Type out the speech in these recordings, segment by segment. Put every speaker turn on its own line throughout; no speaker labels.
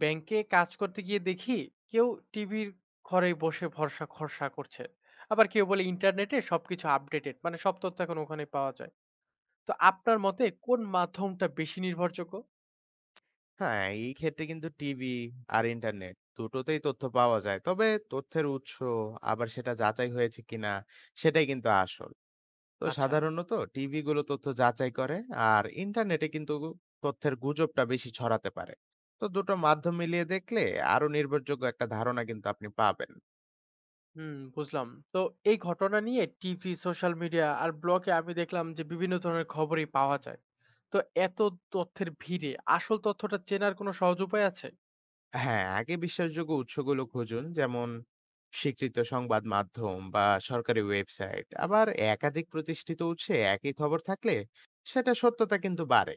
ব্যাংকে কাজ করতে গিয়ে দেখি কেউ টিভির ঘরে বসে ভরসা খরচা করছে। আবার কেউ বলে ইন্টারনেটে সবকিছু আপডেটেড, মানে সব তথ্য এখন ওখানে পাওয়া যায়। তো আপনার মতে কোন মাধ্যমটা বেশি নির্ভরযোগ্য?
হ্যাঁ, এই ক্ষেত্রে কিন্তু টিভি আর ইন্টারনেট দুটোতেই তথ্য পাওয়া যায়। তবে তথ্যের উৎস আবার সেটা যাচাই হয়েছে কিনা সেটাই কিন্তু আসল। তো
আচ্ছা।
সাধারণত টিভি গুলো তথ্য যাচাই করে, আর ইন্টারনেটে কিন্তু তথ্যের গুজবটা বেশি ছড়াতে পারে। তো দুটো মাধ্যম মিলিয়ে দেখলে আরো নির্ভরযোগ্য একটা ধারণা কিন্তু আপনি পাবেন।
হুম, বুঝলাম। তো এই ঘটনা নিয়ে টিভি, সোশ্যাল মিডিয়া আর ব্লগে আমি দেখলাম যে বিভিন্ন ধরনের খবরই পাওয়া যায়। তো এত তথ্যের ভিড়ে আসল তথ্যটা চেনার কোনো সহজ উপায় আছে?
হ্যাঁ, আগে বিশ্বাসযোগ্য উৎসগুলো খুঁজুন। যেমন স্বীকৃত সংবাদ মাধ্যম বা সরকারি ওয়েবসাইট। আবার একাধিক প্রতিষ্ঠিত উৎসে একই খবর থাকলে সেটা সত্যতা কিন্তু বাড়ে।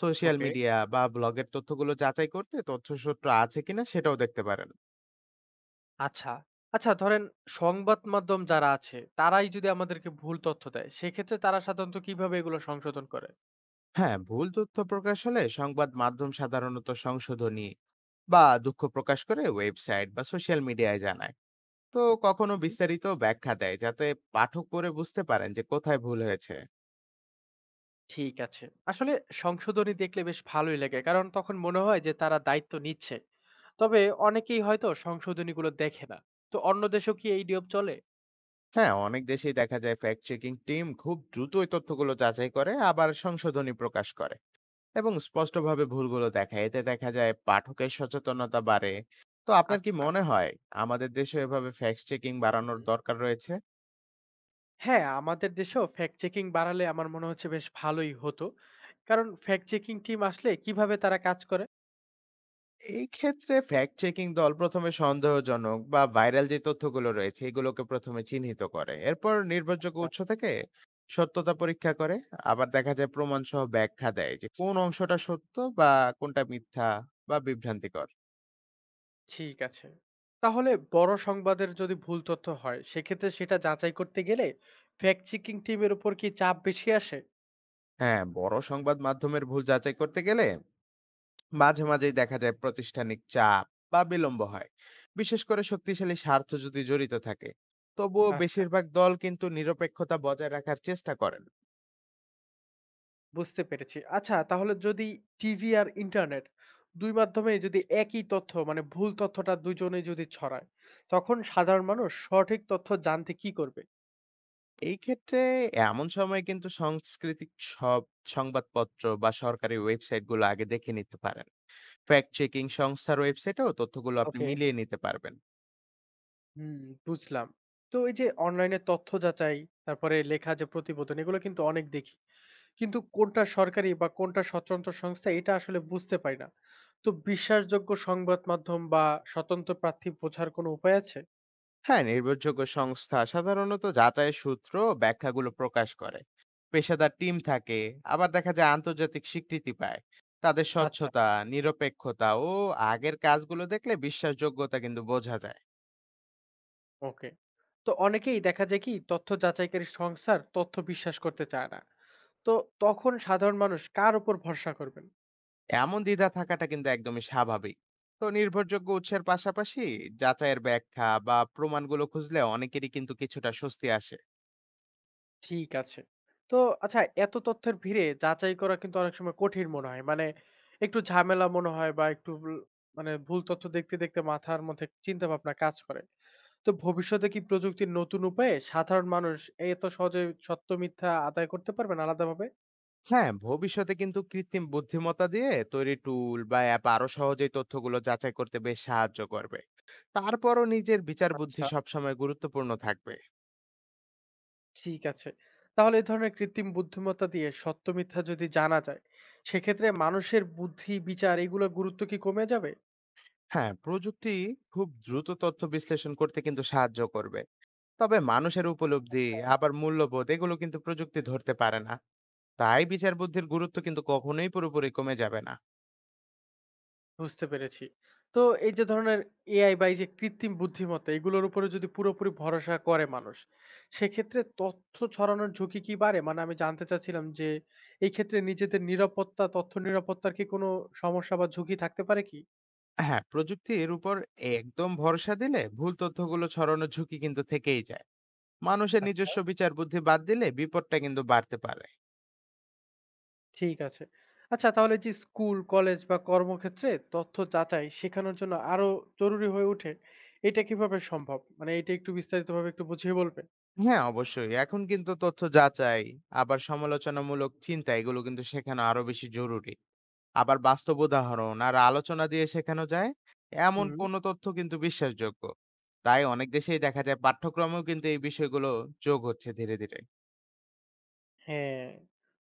সোশ্যাল
ওকে,
মিডিয়া বা ব্লগের তথ্যগুলো যাচাই করতে তথ্যসূত্র আছে কিনা সেটাও দেখতে পারেন।
আচ্ছা। আচ্ছা, ধরেন সংবাদ মাধ্যম যারা আছে, তারাই যদি আমাদেরকে ভুল তথ্য দেয়, সেক্ষেত্রে তারা সাধারণত কিভাবে এগুলো সংশোধন করে?
হ্যাঁ, ভুল তথ্য প্রকাশ হলে সংবাদ মাধ্যম সাধারণত সংশোধনী বা দুঃখ প্রকাশ করে ওয়েবসাইট বা সোশ্যাল মিডিয়ায় জানায়। তো কখনো
হুম।
বিস্তারিত ব্যাখ্যা দেয় যাতে পাঠক পড়ে বুঝতে পারেন যে কোথায় ভুল হয়েছে।
ঠিক আছে। আসলে সংশোধনী দেখলে বেশ ভালোই লাগে। কারণ তখন মনে হয় যে তারা দায়িত্ব নিচ্ছে। তবে অনেকেই হয়তো সংশোধনীগুলো দেখে না। তো অন্য দেশেও কি এই নিয়ম চলে?
হ্যাঁ, অনেক দেশেই দেখা যায় ফ্যাক্ট চেকিং টিম খুব দ্রুত ওই তথ্যগুলো যাচাই করে আবার সংশোধনী প্রকাশ করে এবং স্পষ্টভাবে ভুলগুলো দেখায়। এতে দেখা যায় পাঠকের সচেতনতা বাড়ে। তো আপনার কি
আচ্ছা।
মনে হয় আমাদের দেশে এভাবে ফ্যাক্ট চেকিং বাড়ানোর
হুম।
দরকার রয়েছে?
হ্যাঁ, আমাদের দেশেও ফ্যাক্ট চেকিং বাড়ালে আমার মনে হচ্ছে বেশ ভালোই হতো। কারণ ফ্যাক্ট চেকিং টিম আসলে কিভাবে তারা কাজ করে?
এই ক্ষেত্রে ফ্যাক্ট চেকিং দল প্রথমে সন্দেহজনক বা ভাইরাল যে তথ্যগুলো রয়েছে এগুলোকে প্রথমে চিহ্নিত করে, এরপর নির্ভরযোগ্য উৎস থেকে সত্যতা পরীক্ষা করে। আবার দেখা যায় প্রমাণ সহ ব্যাখ্যা দেয় যে কোন অংশটা সত্য বা কোনটা মিথ্যা বা বিভ্রান্তিকর।
ঠিক আছে। তাহলে বড় সংবাদের যদি ভুল তথ্য হয়, সেক্ষেত্রে সেটা যাচাই করতে গেলে ফ্যাক্ট চেকিং টিমের উপর কি চাপ বেশি আসে?
হ্যাঁ, বড় সংবাদ মাধ্যমের ভুল যাচাই করতে গেলে মাঝে মাঝেই দেখা যায় প্রাতিষ্ঠানিক চাপ বা বিলম্ব হয়, বিশেষ করে শক্তিশালী স্বার্থ যদি জড়িত থাকে। তবুও
আচ্ছা,
বেশিরভাগ দল কিন্তু নিরপেক্ষতা বজায় রাখার চেষ্টা করেন।
বুঝতে পেরেছি। আচ্ছা, তাহলে যদি টিভি আর ইন্টারনেট দুই মাধ্যমে যদি একই তথ্য, মানে ভুল তথ্যটা দুজনে যদি ছড়ায়, তখন সাধারণ মানুষ সঠিক তথ্য জানতে কি করবে?
এই ক্ষেত্রে এমন সময় কিন্তু সাংস্কৃতিক সব সংবাদপত্র বা সরকারি ওয়েবসাইটগুলো আগে দেখে নিতে পারেন। ফ্যাক্ট চেকিং সংস্থার ওয়েবসাইটেও তথ্যগুলো আপনি
ওকে।
মিলিয়ে নিতে পারবেন।
হুম, বুঝলাম। তো এই যে অনলাইনে তথ্য যাচাই, তারপরে লেখা যে প্রতিবেদন, এগুলো কিন্তু অনেক দেখি। কিন্তু কোনটা সরকারি বা কোনটা স্বতন্ত্র সংস্থা, এটা আসলে বুঝতে পারি না। তো বিশ্বাসযোগ্য সংবাদ মাধ্যম বা স্বতন্ত্র প্রার্থী বোঝার কোনো উপায় আছে?
হ্যাঁ, নির্ভরযোগ্য সংস্থা সাধারণত যাচাই সূত্র ও ব্যাখ্যাগুলো প্রকাশ করে, পেশাদার টিম থাকে, আবার দেখা যায় আন্তর্জাতিক স্বীকৃতি পায়। তাদের
আচ্ছা,
স্বচ্ছতা, নিরপেক্ষতা ও আগের কাজগুলো দেখলে বিশ্বাসযোগ্যতা কিন্তু বোঝা যায়।
ওকে। তো অনেকেই দেখা যায় কি তথ্য যাচাইকারী সংস্থার তথ্য বিশ্বাস করতে চায় না। তো তখন সাধারণ মানুষ কার উপর ভরসা করবেন?
এমন দ্বিধা থাকাটা কিন্তু একদমই স্বাভাবিক। তো নির্ভরযোগ্য উৎসের পাশাপাশি যাচাইয়ের ব্যাখ্যা বা প্রমাণগুলো খুঁজলে অনেকেরই কিন্তু কিছুটা স্বস্তি আসে।
ঠিক আছে। তো আচ্ছা, এত তথ্যের ভিড়ে যাচাই করা কিন্তু অনেক সময় কঠিন মনে হয়। মানে একটু ঝামেলা মনে হয়, বা একটু ভুল, মানে ভুল তথ্য দেখতে, দেখতে মাথার মধ্যে চিন্তা ভাবনা কাজ করে। তো ভবিষ্যতে কি প্রযুক্তির নতুন উপায়ে সাধারণ মানুষ এত সহজে সত্য মিথ্যা আদায় করতে পারবেন আলাদাভাবে?
হ্যাঁ, ভবিষ্যতে কিন্তু কৃত্রিম বুদ্ধিমত্তা দিয়ে তৈরি টুল বা অ্যাপ আরো সহজেই তথ্যগুলো যাচাই করতে বেশ সাহায্য করবে। তারপরও নিজের বিচার বুদ্ধি
আচ্ছা,
সবসময় গুরুত্বপূর্ণ থাকবে।
ঠিক আছে। তাহলে এই ধরনের কৃত্রিম বুদ্ধিমত্তা দিয়ে সত্য মিথ্যা যদি জানা যায়, সেক্ষেত্রে মানুষের বুদ্ধি, বিচার এগুলোর গুরুত্ব কি কমে যাবে?
হ্যাঁ, প্রযুক্তি খুব দ্রুত তথ্য বিশ্লেষণ করতে কিন্তু সাহায্য করবে। তবে মানুষের উপলব্ধি
আচ্ছা।
আবার মূল্যবোধ এগুলো কিন্তু প্রযুক্তি ধরতে পারে না। তাই বিচার বুদ্ধির গুরুত্ব কিন্তু কখনোই পুরোপুরি কমে যাবে না।
বুঝতে পেরেছি। তো এই যে ধরনের AI বা এই যে কৃত্রিম বুদ্ধিমত্তা, এগুলোর উপরে যদি পুরোপুরি ভরসা করে মানুষ, সেক্ষেত্রে তথ্য ছড়ানোর ঝুঁকি কি বাড়ে? মানে আমি জানতে চাচ্ছিলাম যে এই ক্ষেত্রে নিজেদের নিরাপত্তা, তথ্য নিরাপত্তার কি কোনো সমস্যা বা ঝুঁকি থাকতে পারে কি?
হ্যাঁ, প্রযুক্তির উপর একদম ভরসা দিলে ভুল তথ্যগুলো ছড়ানোর ঝুঁকি কিন্তু থেকেই যায়। মানুষের
আচ্ছা,
নিজস্ব বিচার বুদ্ধি বাদ দিলে বিপদটা কিন্তু বাড়তে পারে।
ঠিক আছে। আচ্ছা, তাহলে যে স্কুল, কলেজ বা কর্মক্ষেত্রে তথ্য যাচাই শেখানোর জন্য আরো জরুরি হয়ে ওঠে, এটা কিভাবে সম্ভব? মানে এটা একটু বিস্তারিতভাবে একটু বুঝিয়ে বলবেন?
হ্যাঁ অবশ্যই, এখন কিন্তু তথ্য যাচাই আবার সমালোচনামূলক চিন্তা এগুলো কিন্তু শেখানো আরো বেশি জরুরি। আবার বাস্তব উদাহরণ আর আলোচনা দিয়ে শেখানো যায় এমন
হুম।
কোনো তথ্য কিন্তু বিশ্বাসযোগ্য। তাই অনেক দেশেই দেখা যায় পাঠ্যক্রমেও কিন্তু এই বিষয়গুলো যোগ হচ্ছে ধীরে ধীরে।
হ্যাঁ,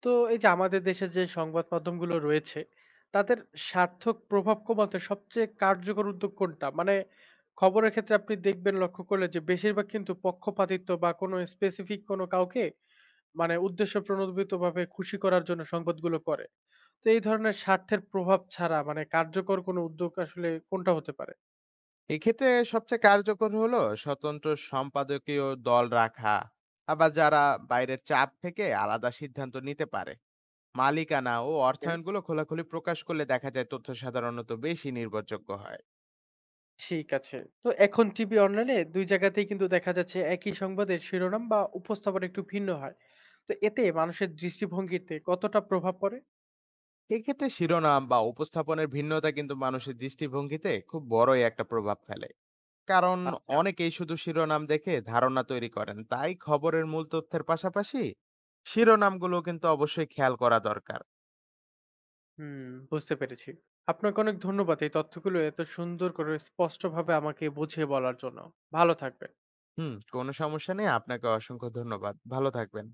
তো এই যে আমাদের দেশের যে সংবাদ মাধ্যমগুলো রয়েছে, তাদের সার্থক প্রভাব কমাতে সবচেয়ে কার্যকর উদ্যোগ কোনটা? মানে খবরের ক্ষেত্রে আপনি দেখবেন লক্ষ্য করলে যে বেশিরভাগ কিন্তু পক্ষপাতিত্ব বা কোনো স্পেসিফিক কোনো কাউকে, মানে উদ্দেশ্যপ্রণোদিতভাবে খুশি করার জন্য সংবাদগুলো করে। তো এই ধরনের স্বার্থের প্রভাব ছাড়া মানে কার্যকর কোনো উদ্যোগ আসলে কোনটা হতে পারে?
এক্ষেত্রে সবচেয়ে কার্যকর হলো স্বতন্ত্র সম্পাদকীয় দল রাখা, আবার যারা বাইরের চাপ থেকে আলাদা সিদ্ধান্ত নিতে পারে। মালিকানা ও অর্থায়নগুলো খোলাখুলি প্রকাশ করলে দেখা যায় তথ্য সাধারণত বেশি নির্ভরযোগ্য হয়।
ঠিক আছে। তো এখন টিভি অনলাইনে ২ জায়গাতেই কিন্তু দেখা যাচ্ছে একই সংবাদের শিরোনাম বা উপস্থাপনা একটু ভিন্ন হয়। তো এতে মানুষের দৃষ্টিভঙ্গিতে কতটা প্রভাব পড়ে?
এক্ষেত্রে শিরোনাম বা উপস্থাপনের ভিন্নতা কিন্তু মানুষের দৃষ্টিভঙ্গিতে খুব বড়ই একটা প্রভাব ফেলে, কারণ
আচ্ছা,
অনেকেই শুধু শিরোনাম দেখে ধারণা তৈরি করেন। তাই খবরের মূল তথ্যের পাশাপাশি শিরোনামগুলো কিন্তু অবশ্যই খেয়াল করা দরকার।
হুম, বুঝতে পেরেছি। আপনাকে অনেক ধন্যবাদ এই তথ্যগুলো এত সুন্দর করে স্পষ্টভাবে আমাকে বুঝিয়ে বলার জন্য। ভালো থাকবেন।
হুম, কোনো সমস্যা নেই। আপনাকে অসংখ্য ধন্যবাদ। ভালো থাকবেন।